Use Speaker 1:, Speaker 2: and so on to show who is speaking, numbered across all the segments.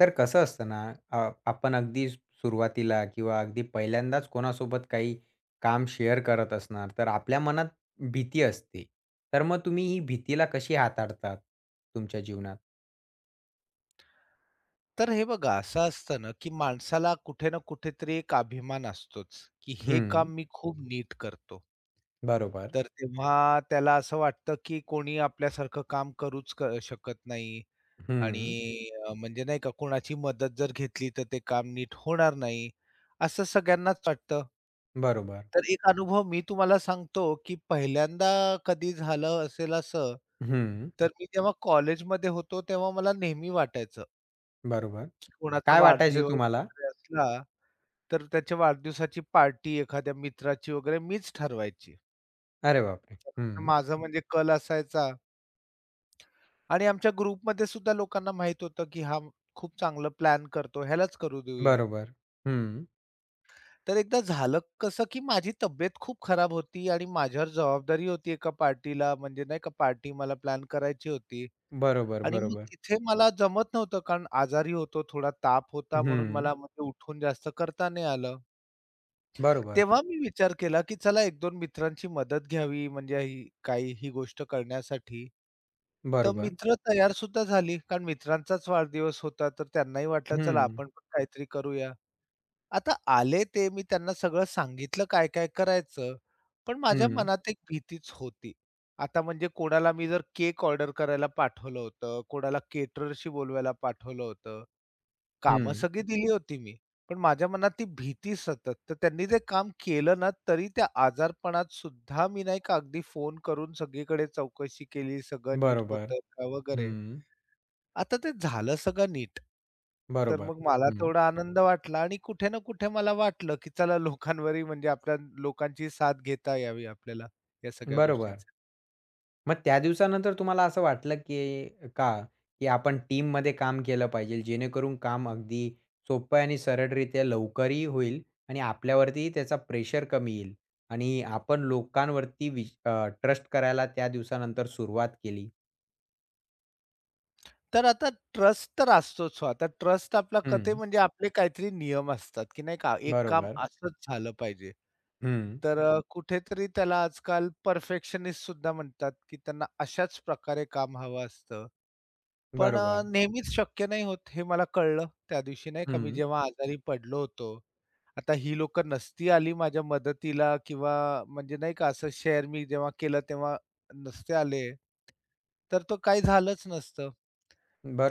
Speaker 1: तर कसं असतं ना, आपण अगदी सुरुवातीला किंवा अगदी पहिल्यांदाच कोणासोबत काही काम शेअर करत असणार, तर आपल्या मनात भीती असते. तर मग तुम्ही ही भीतीला कशी हाताळतात तुमच्या जीवनात?
Speaker 2: तर हे बघा, असं असतं ना, की माणसाला कुठे ना कुठेतरी एक अभिमान असतोच, की हे काम
Speaker 1: हं,
Speaker 2: मी खूप नीट करतो.
Speaker 1: बरोबर.
Speaker 2: तर तेव्हा त्याला असं वाटतं, की कोणी आपल्यासारखं काम करूच शकत नाही आणि
Speaker 1: हं,
Speaker 2: म्हणजे नाही का कोणाची मदत जर घेतली तर ते काम नीट होणार नाही, असं सगळ्यांनाच वाटतं.
Speaker 1: बरोबर.
Speaker 2: तर एक अनुभव मी तुम्हाला सांगतो, की पहिल्यांदा कधी झालं असेल असं,
Speaker 1: हं,
Speaker 2: तर मी जेव्हा कॉलेजमध्ये होतो, तेव्हा मला नेहमी वाटायचं
Speaker 1: बरोबर.
Speaker 2: कोणाचा
Speaker 1: काय वाटायचं
Speaker 2: वाढदिवस
Speaker 1: तुम्हाला?
Speaker 2: वगैरे असला, तर त्याच्या वाढदिवसाची पार्टी एखाद्या मित्राची वगैरे मीच ठरवायची.
Speaker 1: अरे बापरे! हं,
Speaker 2: माझा म्हणजे कल असायचा आणि आमच्या ग्रुपमध्ये सुद्धा लोकांना माहीत होतं, की हा खूप चांगलं प्लॅन करतो, ह्यालाच करू देऊया.
Speaker 1: बरोबर. हं,
Speaker 2: तर एकदा झालं कसं, की माझी तब्येत खूप खराब होती आणि माझ्यावर जबाबदारी होती एका पार्टीला म्हणजे नाही का पार्टी मला प्लॅन करायची होती
Speaker 1: बरोबर,
Speaker 2: आणि मग
Speaker 1: बरोबर.
Speaker 2: तिथे मला जमत नव्हतं कारण आजारी होतो, थोडा ताप होता म्हणून
Speaker 1: हं,
Speaker 2: मला म्हणजे उठून जास्त करता नाही आलं.
Speaker 1: बरोबर,
Speaker 2: तेव्हा मी विचार केला, की चला एक दोन मित्रांची मदत घ्यावी म्हणजे ही गोष्ट करण्यासाठी. तर
Speaker 1: बरोबर.
Speaker 2: मित्र तयार सुद्धा झाली, कारण मित्रांचाच वाढदिवस होता, तर त्यांनाही वाटलं चला
Speaker 1: हं,
Speaker 2: आपण पण काहीतरी करूया. आता आले ते मी त्यांना सगळं सांगितलं काय-काय करायचं, पण माझ्या
Speaker 1: हं,
Speaker 2: मनात एक भीतीच होती. आता म्हणजे कोणाला मी जर केक ऑर्डर करायला पाठवलं होतं, कोणाला केटरर्सशी बोलवायला पाठवलं होतं. कामं
Speaker 1: हं,
Speaker 2: सगळी दिली होती मी. पण माझ्या मनात ती भीती सतत. तर त्यांनी जे काम केलं ना, तरी त्या आजारपणात सुद्धा मी नाही का अगदी फोन करून सगळीकडे चौकशी केली, सगळं नीट
Speaker 1: बरोबर.
Speaker 2: होतं का वगैरे.
Speaker 1: हं.
Speaker 2: आता ते झालं सगळं नीट. तर
Speaker 1: बरोबर.
Speaker 2: मग मला
Speaker 1: हं,
Speaker 2: तेवढा आनंद वाटला आणि कुठे ना कुठे मला वाटलं, की चला लोकांवरही म्हणजे आपल्या लोकांची साथ घेता यावी आपल्याला या सगळ्या
Speaker 1: बरोबर.
Speaker 2: गोष्टींसाठी.
Speaker 1: मग त्या दिवसानंतर तुम्हाला असं वाटलं की का, की आपण टीममध्ये काम केलं पाहिजे जेणेकरून काम अगदी सोपं आणि सरळरित्या लवकरही होईल आणि आपल्यावरती त्याचा प्रेशर कमी येईल आणि आपण लोकांवरती ट्रस्ट करायला त्या दिवसानंतर सुरुवात केली.
Speaker 2: तर आता ट्रस्ट तर असतोच हो. आता ट्रस्ट आपला कथे
Speaker 1: हं,
Speaker 2: म्हणजे आपले काहीतरी नियम असतात, की नाही का एक काम
Speaker 1: बरोबर.
Speaker 2: असंच झालं पाहिजे.
Speaker 1: हं,
Speaker 2: तर कुठेतरी त्याला आजकाल परफेक्शनिस्ट सुद्धा म्हणतात, की त्यांना अशाच प्रकारे काम हवं असतं. पण
Speaker 1: बरोबर.
Speaker 2: नेहमीच शक्य नाही होत हे मला कळलं त्या दिवशी नाही का, मी
Speaker 1: हं,
Speaker 2: जेव्हा आजारी पडलो होतो. आता ही लोकं नसती आली माझ्या मदतीला किंवा म्हणजे नाही का असं शेअर मी जेव्हा केलं तेव्हा नसते आले, तर तो काही झालंच नसतं.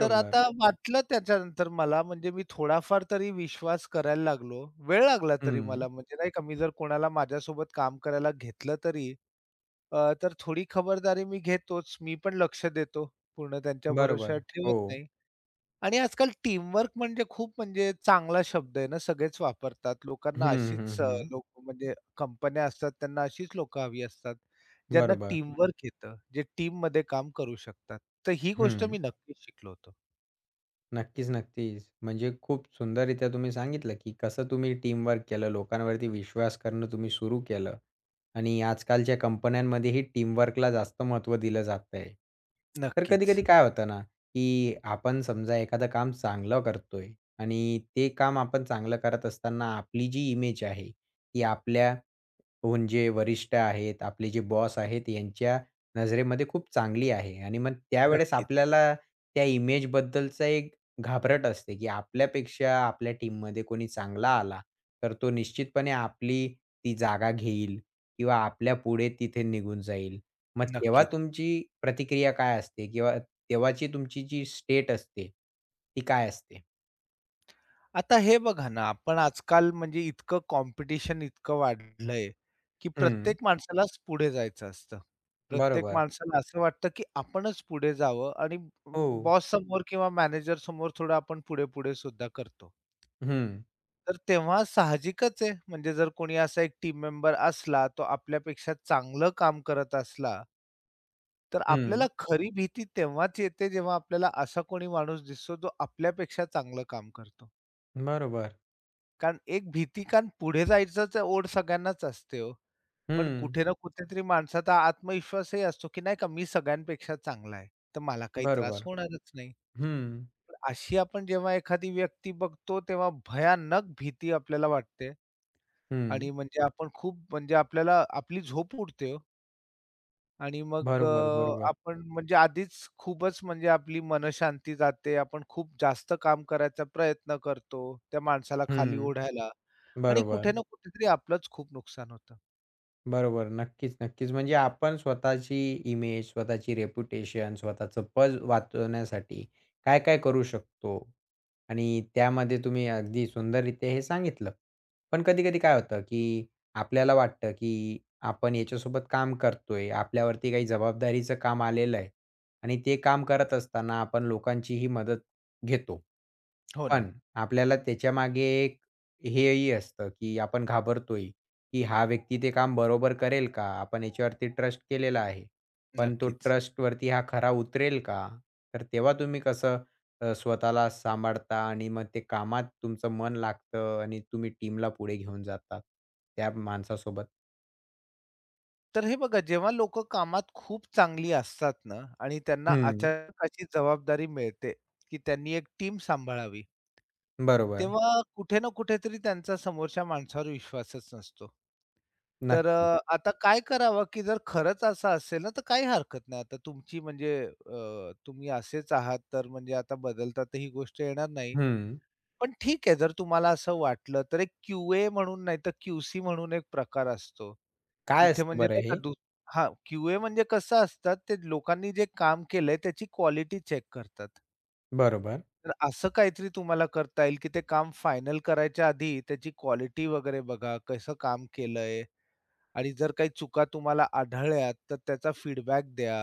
Speaker 2: तर आता वाटलं त्याच्यानंतर मला म्हणजे मी थोडाफार तरी विश्वास करायला लागलो. वेळ लागला तरी
Speaker 1: हं,
Speaker 2: मला म्हणजे नाही का मी जर कोणाला माझ्यासोबत काम करायला घेतलं तरी, तर थोडी खबरदारी मी घेतोच. मी पण लक्ष देतो. पूर्ण त्यांच्या
Speaker 1: बरोबर.
Speaker 2: भरोश्यावर
Speaker 1: हो.
Speaker 2: ठेवत नाही. आणि आजकाल टीमवर्क म्हणजे खूप म्हणजे चांगला शब्द आहे ना, सगळेच वापरतात.
Speaker 1: हं,
Speaker 2: लोकांना
Speaker 1: हं,
Speaker 2: अशीच
Speaker 1: हं.
Speaker 2: लोकं म्हणजे कंपन्या असतात त्यांना अशीच लोकं हवी असतात, ज्यांना
Speaker 1: बरोबर.
Speaker 2: टीमवर्क येतं, जे टीममध्ये काम करू शकतात. तर ही गोष्ट
Speaker 1: हं.
Speaker 2: मी नक्कीच शिकलो होतो.
Speaker 1: नक्कीच, नक्कीच. म्हणजे खूप सुंदररीत्या तुम्ही सांगितलं, की कसं तुम्ही टीमवर्क केलं, लोकांवरती विश्वास करणं तुम्ही सुरू केलं आणि आजकालच्या कंपन्यांमध्येही टीमवर्कला जास्त महत्त्व दिलं जातंय. तर
Speaker 2: नक्कीच,
Speaker 1: कधी-कधी काय होतं ना, की आपण समजा एखादं काम चांगलं करतोय आणि ते काम आपण चांगलं करत असताना आपली जी इमेज आहे, ती आपल्या हून वरिष्ठ आहेत, आपले जे बॉस आहेत, यांच्या नजरेमध्ये खूप चांगली आहे आणि मग त्यावेळेस
Speaker 2: नक्कीच,
Speaker 1: आपल्याला त्या इमेजबद्दलचा एक घाबरट असते, की आपल्यापेक्षा आपल्या टीममध्ये कोणी चांगला आला, तर तो निश्चितपणे आपली ती जागा घेईल किंवा आपल्यापुढे तिथे निघून जाईल. मग तेव्हा
Speaker 2: नक्कीच.
Speaker 1: तुमची प्रतिक्रिया काय असते किंवा तेव्हाची तुमची जी स्टेट असते, ती काय असते?
Speaker 2: आता हे बघा ना, आपण आजकाल म्हणजे इतकं कॉम्पिटिशन इतकं वाढलंय, की
Speaker 1: हं,
Speaker 2: प्रत्येक माणसालाच पुढे जायचं असतं. प्रत्येक
Speaker 1: बरोबर.
Speaker 2: माणसाला असं वाटतं, की आपणच पुढे जावं आणि
Speaker 1: हो.
Speaker 2: बॉससमोर किंवा मॅनेजरसमोर थोडं आपण पुढे-पुढे सुद्धा करतो.
Speaker 1: हं,
Speaker 2: तर तेव्हा साहजिकच आहे, म्हणजे जर कोणी असा एक टीम मेंबर असला, तो आपल्यापेक्षा चांगलं काम करत असला, तर आपल्याला
Speaker 1: हं.
Speaker 2: खरी भीती तेव्हाच येते, जेव्हा आपल्याला असा कोणी माणूस दिसतो, जो आपल्यापेक्षा चांगलं काम करतो.
Speaker 1: बरोबर.
Speaker 2: कारण एक भीती कारण पुढे जायचंच ओढ सगळ्यांनाच असते हो. पण
Speaker 1: हं,
Speaker 2: कुठे ना कुठेतरी माणसाचा आत्मविश्वासही असतो, की नाही का मी सगळ्यांपेक्षा चांगला आहे, तर मला काही त्रास
Speaker 1: बरोबर.
Speaker 2: होणारच नाही.
Speaker 1: हं,
Speaker 2: पण अशी आपण जेव्हा एखादी व्यक्ती बघतो, तेव्हा भयानक भीती आपल्याला वाटते
Speaker 1: हं.
Speaker 2: आणि म्हणजे आपण खूप म्हणजे आपल्याला आपली झोप उडते हो. आणि मग
Speaker 1: बरोबर,
Speaker 2: हो.
Speaker 1: बरोबर.
Speaker 2: आपण म्हणजे आधीच खूपच म्हणजे आपली मनशांती जाते. आपण खूप जास्त काम करायचा प्रयत्न करतो, त्या माणसाला खाली
Speaker 1: हं,
Speaker 2: ओढायला आणि
Speaker 1: बरोबर.
Speaker 2: कुठे ना हो. कुठेतरी आपलंच खूप नुकसान होतं.
Speaker 1: बरोबर. नक्कीच, नक्कीच. म्हणजे आपण स्वतःची इमेज, स्वतःची रेप्युटेशन, स्वतःचं पद वाचवण्यासाठी काय-काय करू शकतो? आणि त्यामध्ये तुम्ही अगदी सुंदररीत्या हे सांगितलं. पण कधी-कधी काय होतं, की आपल्याला वाटतं, की आपण याच्यासोबत काम करतोय. आपल्यावरती काही जबाबदारीचं काम आलेलं आहे आणि ते काम करत असताना आपण लोकांचीही मदत घेतो.
Speaker 2: हो ना,
Speaker 1: पण आपल्याला त्याच्यामागे एक हेही असतं, की आपण घाबरतोय, की हा व्यक्ती ते काम बरोबर करेल का? आपण याच्यावरती ट्रस्ट केलेला आहे. पण तो
Speaker 2: नक्कीच.
Speaker 1: ट्रस्टवरती हा खरा उतरेल का? तर तेव्हा तुम्ही कसं स्वतःला सांभाळता आणि मग ते कामात तुमचं मन लागतं आणि तुम्ही टीमला पुढे घेऊन जातात त्या माणसासोबत?
Speaker 2: तर हे बघा जेव्हा लोकं कामात खूप चांगली असतात ना आणि त्यांना
Speaker 1: हं.
Speaker 2: अचानक अशी जबाबदारी मिळते, की त्यांनी एक टीम सांभाळावी.
Speaker 1: बरोबर.
Speaker 2: तेव्हा कुठे ना कुठेतरी त्यांचा समोरच्या माणसावर विश्वासच नसतो. तर
Speaker 1: नक्की.
Speaker 2: आता काय करावं, की जर खरंच असं असेल ना, तर काही हरकत नाही. आता तुमची म्हणजे तुम्ही असेच आहात, तर म्हणजे आता बदलता तर ही गोष्ट येणार नाही.
Speaker 1: हं.
Speaker 2: पण ठीक आहे, जर तुम्हाला असं वाटलं, तर एक क्यू-ए म्हणून नाहीतर क्यू-सी म्हणून एक प्रकार असतो.
Speaker 1: काय
Speaker 2: तिथे
Speaker 1: असतं
Speaker 2: म्हणजे
Speaker 1: बरं
Speaker 2: नाही का
Speaker 1: हे?
Speaker 2: हां, क्यू-ए म्हणजे कसं असतात, ते लोकांनी जे काम केलंय त्याची क्वालिटी चेक करतात.
Speaker 1: बरोबर.
Speaker 2: तर असं काहीतरी तुम्हाला करता येईल, की ते काम फायनल करायच्या आधी त्याची क्वालिटी वगैरे बघा, कसं काम केलंय आणि जर काही चुका तुम्हाला आढळल्यात, तर त्याचा फीडबॅक द्या.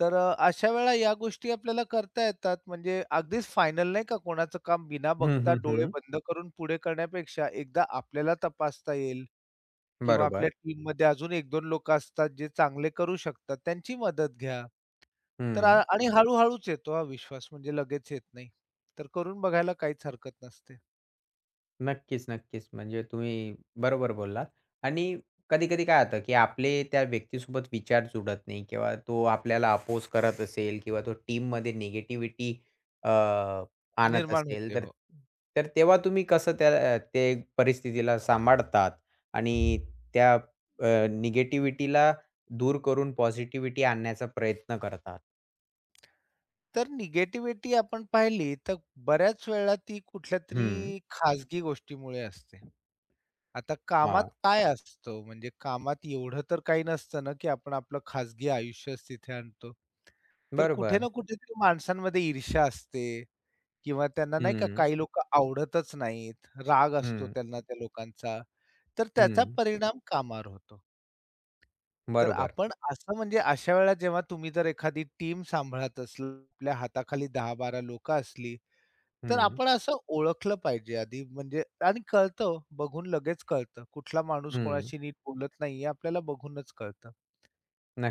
Speaker 2: तर अशा वेळेला या गोष्टी आपल्याला करता येतात. म्हणजे अगदीच फायनल नाही का कोणाचं काम बिना
Speaker 1: हं,
Speaker 2: बघता
Speaker 1: हं,
Speaker 2: डोळे
Speaker 1: हं.
Speaker 2: बंद करून पुढे करण्यापेक्षा एकदा आपल्याला तपासता येईल किंवा
Speaker 1: बरोबर.
Speaker 2: आपल्या टीममध्ये अजून 1-2 लोकं असतात जे चांगले करू शकतात, त्यांची मदत घ्या. तर
Speaker 1: हं.
Speaker 2: आणि हळू येतो हा विश्वास म्हणजे लगेच येत नाही. तर करून बघायला काहीच हरकत नसते.
Speaker 1: नक्कीच, नक्कीच. म्हणजे तुम्ही बरोबर बोललात आणि कधी-कधी काय होतं, की आपले त्या व्यक्तीसोबत विचार जुळत नाही किंवा तो आपल्याला अपोज करत असेल किंवा तो टीममध्ये निगेटिव्हिटी अ, आणत
Speaker 2: निर्माण
Speaker 1: असेल,
Speaker 2: होते
Speaker 1: तर
Speaker 2: हो.
Speaker 1: तर तेव्हा तुम्ही कसं ते परिस्थितीला सांभाळतात आणि त्या निगेटिव्हिटीला दूर करून पॉझिटिव्हिटी आणण्याचा प्रयत्न करतात?
Speaker 2: तर निगेटिव्हिटी आपण पाहिली तर बऱ्याच वेळेला ती
Speaker 1: हं.
Speaker 2: कुठल्यातरी खाजगी गोष्टीमुळे असते. आता कामात
Speaker 1: हां.
Speaker 2: काय असतं, म्हणजे कामात एवढं तर काही नसतं ना, की आपण आपलं खाजगी आयुष्यच तिथे आणतो. तर कुठे
Speaker 1: बरोबर.
Speaker 2: ना कुठेतरी माणसांमध्ये ईर्ष्या असते किंवा त्यांना नाही का
Speaker 1: हं,
Speaker 2: काही लोकं आवडतच नाहीत, राग असतो
Speaker 1: हं,
Speaker 2: त्यांना त्या लोकांचा. तर त्याचा
Speaker 1: हं.
Speaker 2: परिणाम कामावर होतो. तर
Speaker 1: बरोबर.
Speaker 2: आपण असं म्हणजे अशा वेळेला जेव्हा तुम्ही जर एखादी टीम सांभाळत असला, आपल्या हाताखाली 10-12 लोकं असली, तर
Speaker 1: हं,
Speaker 2: आपण असं ओळखलं पाहिजे आधी म्हणजे आणि कळतं हो, बघून लगेच कळतं. कुठला माणूस
Speaker 1: हं.
Speaker 2: कोणाशी नीट बोलत नाहीये आपल्याला बघूनच कळतं.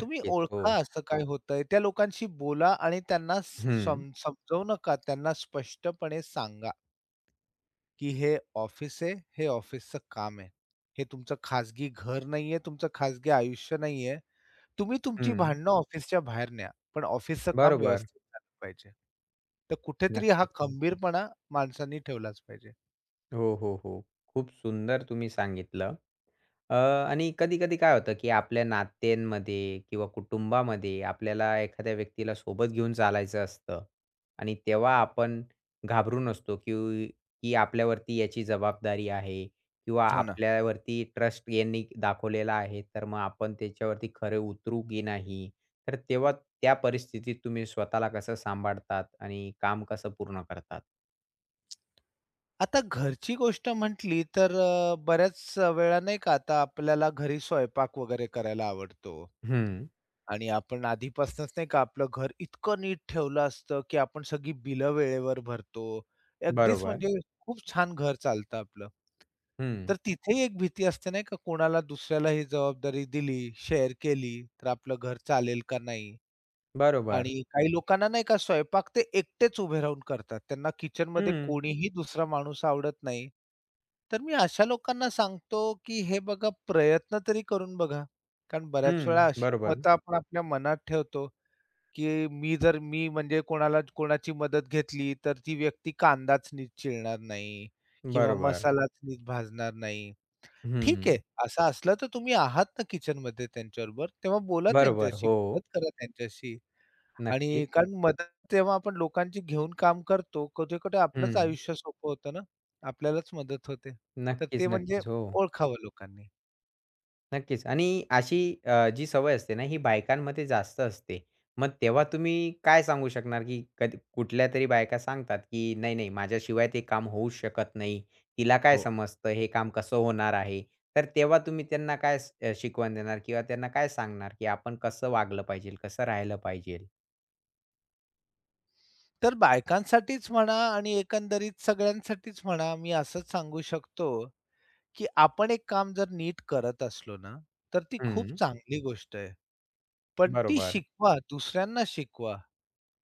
Speaker 2: तुम्ही ओळखा
Speaker 1: हो.
Speaker 2: असं काय होतंय. त्या लोकांशी बोला आणि त्यांना स
Speaker 1: हं,
Speaker 2: सम समजवू नका. त्यांना स्पष्टपणे सांगा, की हे ऑफिस आहे, हे ऑफिसचं काम आहे. हे तुमचं खाजगी घर नाहीये, तुमचं खाजगी आयुष्य नाहीये. तुम्ही तुमची
Speaker 1: हं.
Speaker 2: भांडणं ऑफिसच्या बाहेर न्या, पण ऑफिसचं काम
Speaker 1: बरोबर.
Speaker 2: व्यवस्थित झालं पाहिजे. तर कुठेतरी हा
Speaker 1: नक्कीच.
Speaker 2: खंबीरपणा माणसांनी ठेवलाच पाहिजे.
Speaker 1: हो, हो, हो. खूप सुंदर तुम्ही सांगितलं. अ, आणि कधी-कधी काय होतं, की आपल्या नात्यांमध्ये किंवा कुटुंबामध्ये आपल्याला एखाद्या व्यक्तीला सोबत घेऊन चालायचं असतं आणि तेव्हा आपण घाबरून असतो, की की आपल्यावरती याची जबाबदारी आहे किंवा
Speaker 2: हो ना.
Speaker 1: आपल्यावरती ट्रस्ट यांनी दाखवलेला आहे, तर मग आपण त्याच्यावरती खरे उतरू की नाही? तर तेव्हा त्या परिस्थितीत तुम्ही स्वतःला कसं सांभाळतात आणि काम कसं पूर्ण करतात?
Speaker 2: आता घरची गोष्ट म्हटली तर बऱ्याच वेळा नाही का आता आपल्याला घरी स्वयंपाक वगैरे करायला आवडतो.
Speaker 1: हं,
Speaker 2: आणि आपण आधीपासूनच नाही का आपलं घर इतकं नीट ठेवलं असतं, की आपण सगळी बिलं वेळेवर भरतो. अगदीच
Speaker 1: बरोबर.
Speaker 2: म्हणजे खूप छान घर चालतं आपलं.
Speaker 1: हं.
Speaker 2: तर तिथेही एक भीती असते नाही का, कोणाला दुसऱ्याला ही जबाबदारी दिली, शेअर केली, तर आपलं घर चालेल का नाही?
Speaker 1: बरोबर.
Speaker 2: आणि काही लोकांना नाही का स्वयंपाक ते एकटेच उभे राहून करतात. त्यांना किचनमध्ये
Speaker 1: हं,
Speaker 2: कोणीही दुसरा माणूस आवडत नाही. तर मी अशा लोकांना सांगतो, की हे बघा प्रयत्न तरी करून बघा. कारण बऱ्याच
Speaker 1: हं.
Speaker 2: वेळा अशी
Speaker 1: बरोबर,
Speaker 2: मतं आपण आपल्या मनात ठेवतो, की मी जर म्हणजे कोणाला कोणाची मदत घेतली, तर ती व्यक्ती कांदाच नीट चिरणार नाही किंवा
Speaker 1: बरोबर.
Speaker 2: मसालाच नीट भाजणार नाही. ठीक
Speaker 1: हं.
Speaker 2: आहे, असं असलं तर तुम्ही आहात ना किचनमध्ये त्यांच्याबरोबर, तेव्हा बोला
Speaker 1: बरोबर.
Speaker 2: त्यांच्याशी,
Speaker 1: हो,
Speaker 2: मदत करा त्यांच्याशी. आणि
Speaker 1: नक्कीच.
Speaker 2: कारण मदत तेव्हा आपण लोकांची घेऊन काम करतो, कुठे-कुठे आपलंच
Speaker 1: हं.
Speaker 2: आयुष्य सोपं होतं ना, आपल्यालाच मदत होते. तर
Speaker 1: नक्कीच,
Speaker 2: ते म्हणजे
Speaker 1: नक्कीच. हो,
Speaker 2: ओळखावं लोकांनी.
Speaker 1: नक्कीच. आणि अशी जी सवय असते ना, ही बायकांमध्ये जास्त असते. मग तेव्हा तुम्ही काय सांगू शकणार, की कधी कुठल्या तरी बायका सांगतात, की "नाही, नाही, माझ्याशिवाय ते काम होऊच शकत नाही. तिला काय
Speaker 2: हो.
Speaker 1: समजतं, हे काम कसं होणार आहे?" तर तेव्हा तुम्ही त्यांना काय शिकवण देणार किंवा त्यांना काय सांगणार, की आपण कसं वागलं पाहिजे, कसं राहिलं पाहिजे?
Speaker 2: तर बायकांसाठीच म्हणा आणि एकंदरीत सगळ्यांसाठीच म्हणा, मी असंच सांगू शकतो, की आपण एक काम जर नीट करत असलो ना, तर ती खूप
Speaker 1: हं,
Speaker 2: चांगली गोष्ट आहे. पण ती
Speaker 1: बरोबर.
Speaker 2: शिकवा, दुसऱ्यांना शिकवा.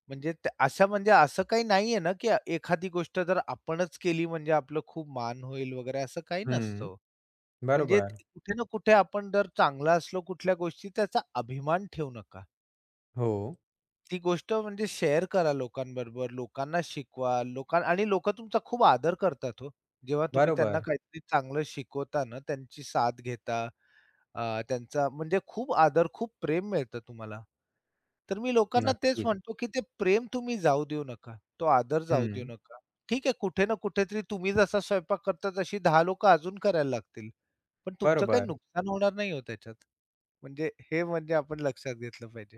Speaker 2: म्हणजे त्या असं म्हणजे असं काही नाहीये ना, की एखादी गोष्ट जर आपणच केली म्हणजे आपलं खूप मान होईल वगैरे असं काही नसतं
Speaker 1: हं,
Speaker 2: हो. म्हणजे
Speaker 1: बरोबर.
Speaker 2: ते कुठे ना कुठे आपण जर चांगला असलो कुठल्या गोष्टी त्याचा अभिमान ठेवू नका.
Speaker 1: हो,
Speaker 2: ती गोष्ट म्हणजे शेअर करा लोकांबरोबर, लोकांना शिकवा, आणि लोकं तुमचा खूप आदर करतात हो. जेव्हा तुम्ही त्यांना
Speaker 1: बरोबर.
Speaker 2: काहीतरी चांगलं शिकवता ना, त्यांची साथ घेता, त्यांचा म्हणजे खूप आदर, खूप प्रेम मिळतं तुम्हाला. तर मी लोकांना तेच
Speaker 1: नक्कीच.
Speaker 2: म्हणतो, की ते प्रेम तुम्ही जाऊ देऊ नका. तो आदर जाऊ देऊ
Speaker 1: हं,
Speaker 2: नका. ठीक आहे, कुठे ना कुठेतरी तुम्ही जसा स्वयंपाक करता तशी 10 लोकं अजून करायला लागतील. पण तुमचं काही
Speaker 1: बरोबर.
Speaker 2: नुकसान होणार नाही हो त्याच्यात. म्हणजे हे म्हणजे आपण लक्षात घेतलं पाहिजे.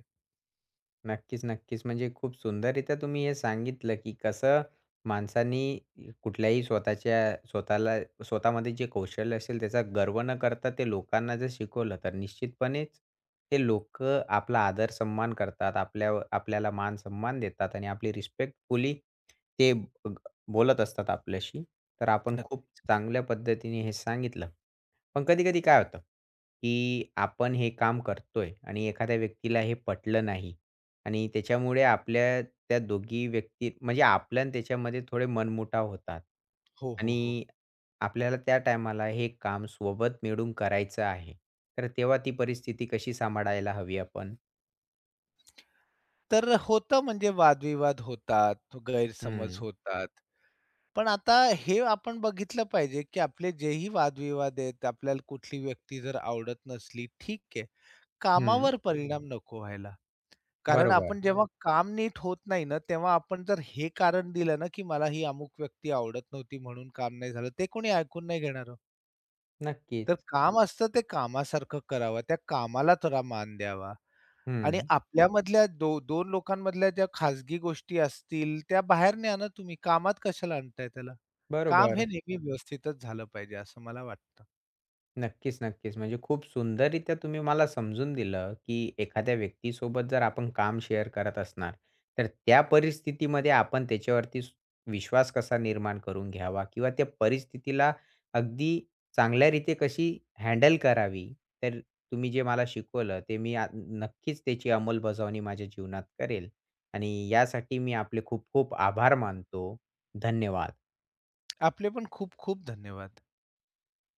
Speaker 1: नक्कीच, नक्कीच. म्हणजे खूप सुंदररीत्या तुम्ही हे सांगितलं, की कसं माणसांनी कुठल्याही स्वतःच्या स्वतःला स्वतःमध्ये जे कौशल्य असेल त्याचा गर्व न करता ते लोकांना जर शिकवलं, तर निश्चितपणेच ते लोक आपला आदर सन्मान करतात. आपल्यावर आपल्याला मान सन्मान देतात आणि आपली रिस्पेक्टफुली ते बोलत असतात आपल्याशी. तर आपण खूप
Speaker 2: नक्कीच.
Speaker 1: चांगल्या पद्धतीने हे सांगितलं. पण कधी-कधी काय होतं, की आपण हे काम करतोय आणि एखाद्या व्यक्तीला हे पटलं नाही. आणि त्याच्यामुळे आपल्या त्या दोघी व्यक्ती म्हणजे आपलं आणि त्याच्यामध्ये थोडे मनमुटाव होतात
Speaker 2: हो, हो, हो.
Speaker 1: आणि आपल्याला त्या टायमाला हे काम सोबत मिळून करायचं आहे. तर तेव्हा ती परिस्थिती कशी सांभाळायला हवी आपण?
Speaker 2: तर होतं म्हणजे वादविवाद होतात, गैरसमज
Speaker 1: हं,
Speaker 2: होतात. पण आता हे आपण बघितलं पाहिजे, की आपले जेही वादविवाद आहेत, आपल्याला कुठली व्यक्ती जर आवडत नसली, ठीक आहे.
Speaker 1: हं.
Speaker 2: कामावर परिणाम नको व्हायला. कारण
Speaker 1: बरोबर.
Speaker 2: आपण जेव्हा हो. काम नीट होत नाही ना, तेव्हा आपण जर हे कारण दिलं ना, की मला ही अमुक व्यक्ती आवडत नव्हती म्हणून काम नाही झालं, ते कोणी ऐकून नाही घेणार हो. तर
Speaker 1: नक्कीच.
Speaker 2: काम असतं ते कामासारखं करावं. त्या कामाला थोडा मान द्यावा आणि हो.
Speaker 1: हं.
Speaker 2: आपल्यामधल्या 2 लोकांमधल्या ज्या खाजगी गोष्टी असतील त्या बाहेर न्या ना तुम्ही. कामात कशाला आणताय त्याला? काम
Speaker 1: बरोबर.
Speaker 2: हे नेहमी व्यवस्थितच झालं पाहिजे असं मला वाटतं.
Speaker 1: नक्कीच, नक्कीच. म्हणजे खूप सुंदररीत्या तुम्ही मला समजून दिलं, की एखाद्या व्यक्तीसोबत जर आपण काम शेअर करत असणार, तर त्या परिस्थितीमध्ये आपण त्याच्यावरती विश्वास कसा निर्माण करून घ्यावा किंवा त्या परिस्थितीला अगदी चांगल्यारीते कशी हँडल करावी. तर तुम्ही जे मला शिकवलं ते मी नक्कीच त्याची अंमलबजावणी माझ्या जीवनात करेल आणि यासाठी मी आपले खूप खूप आभार मानतो. धन्यवाद.
Speaker 2: आपले पण खूप खूप धन्यवाद.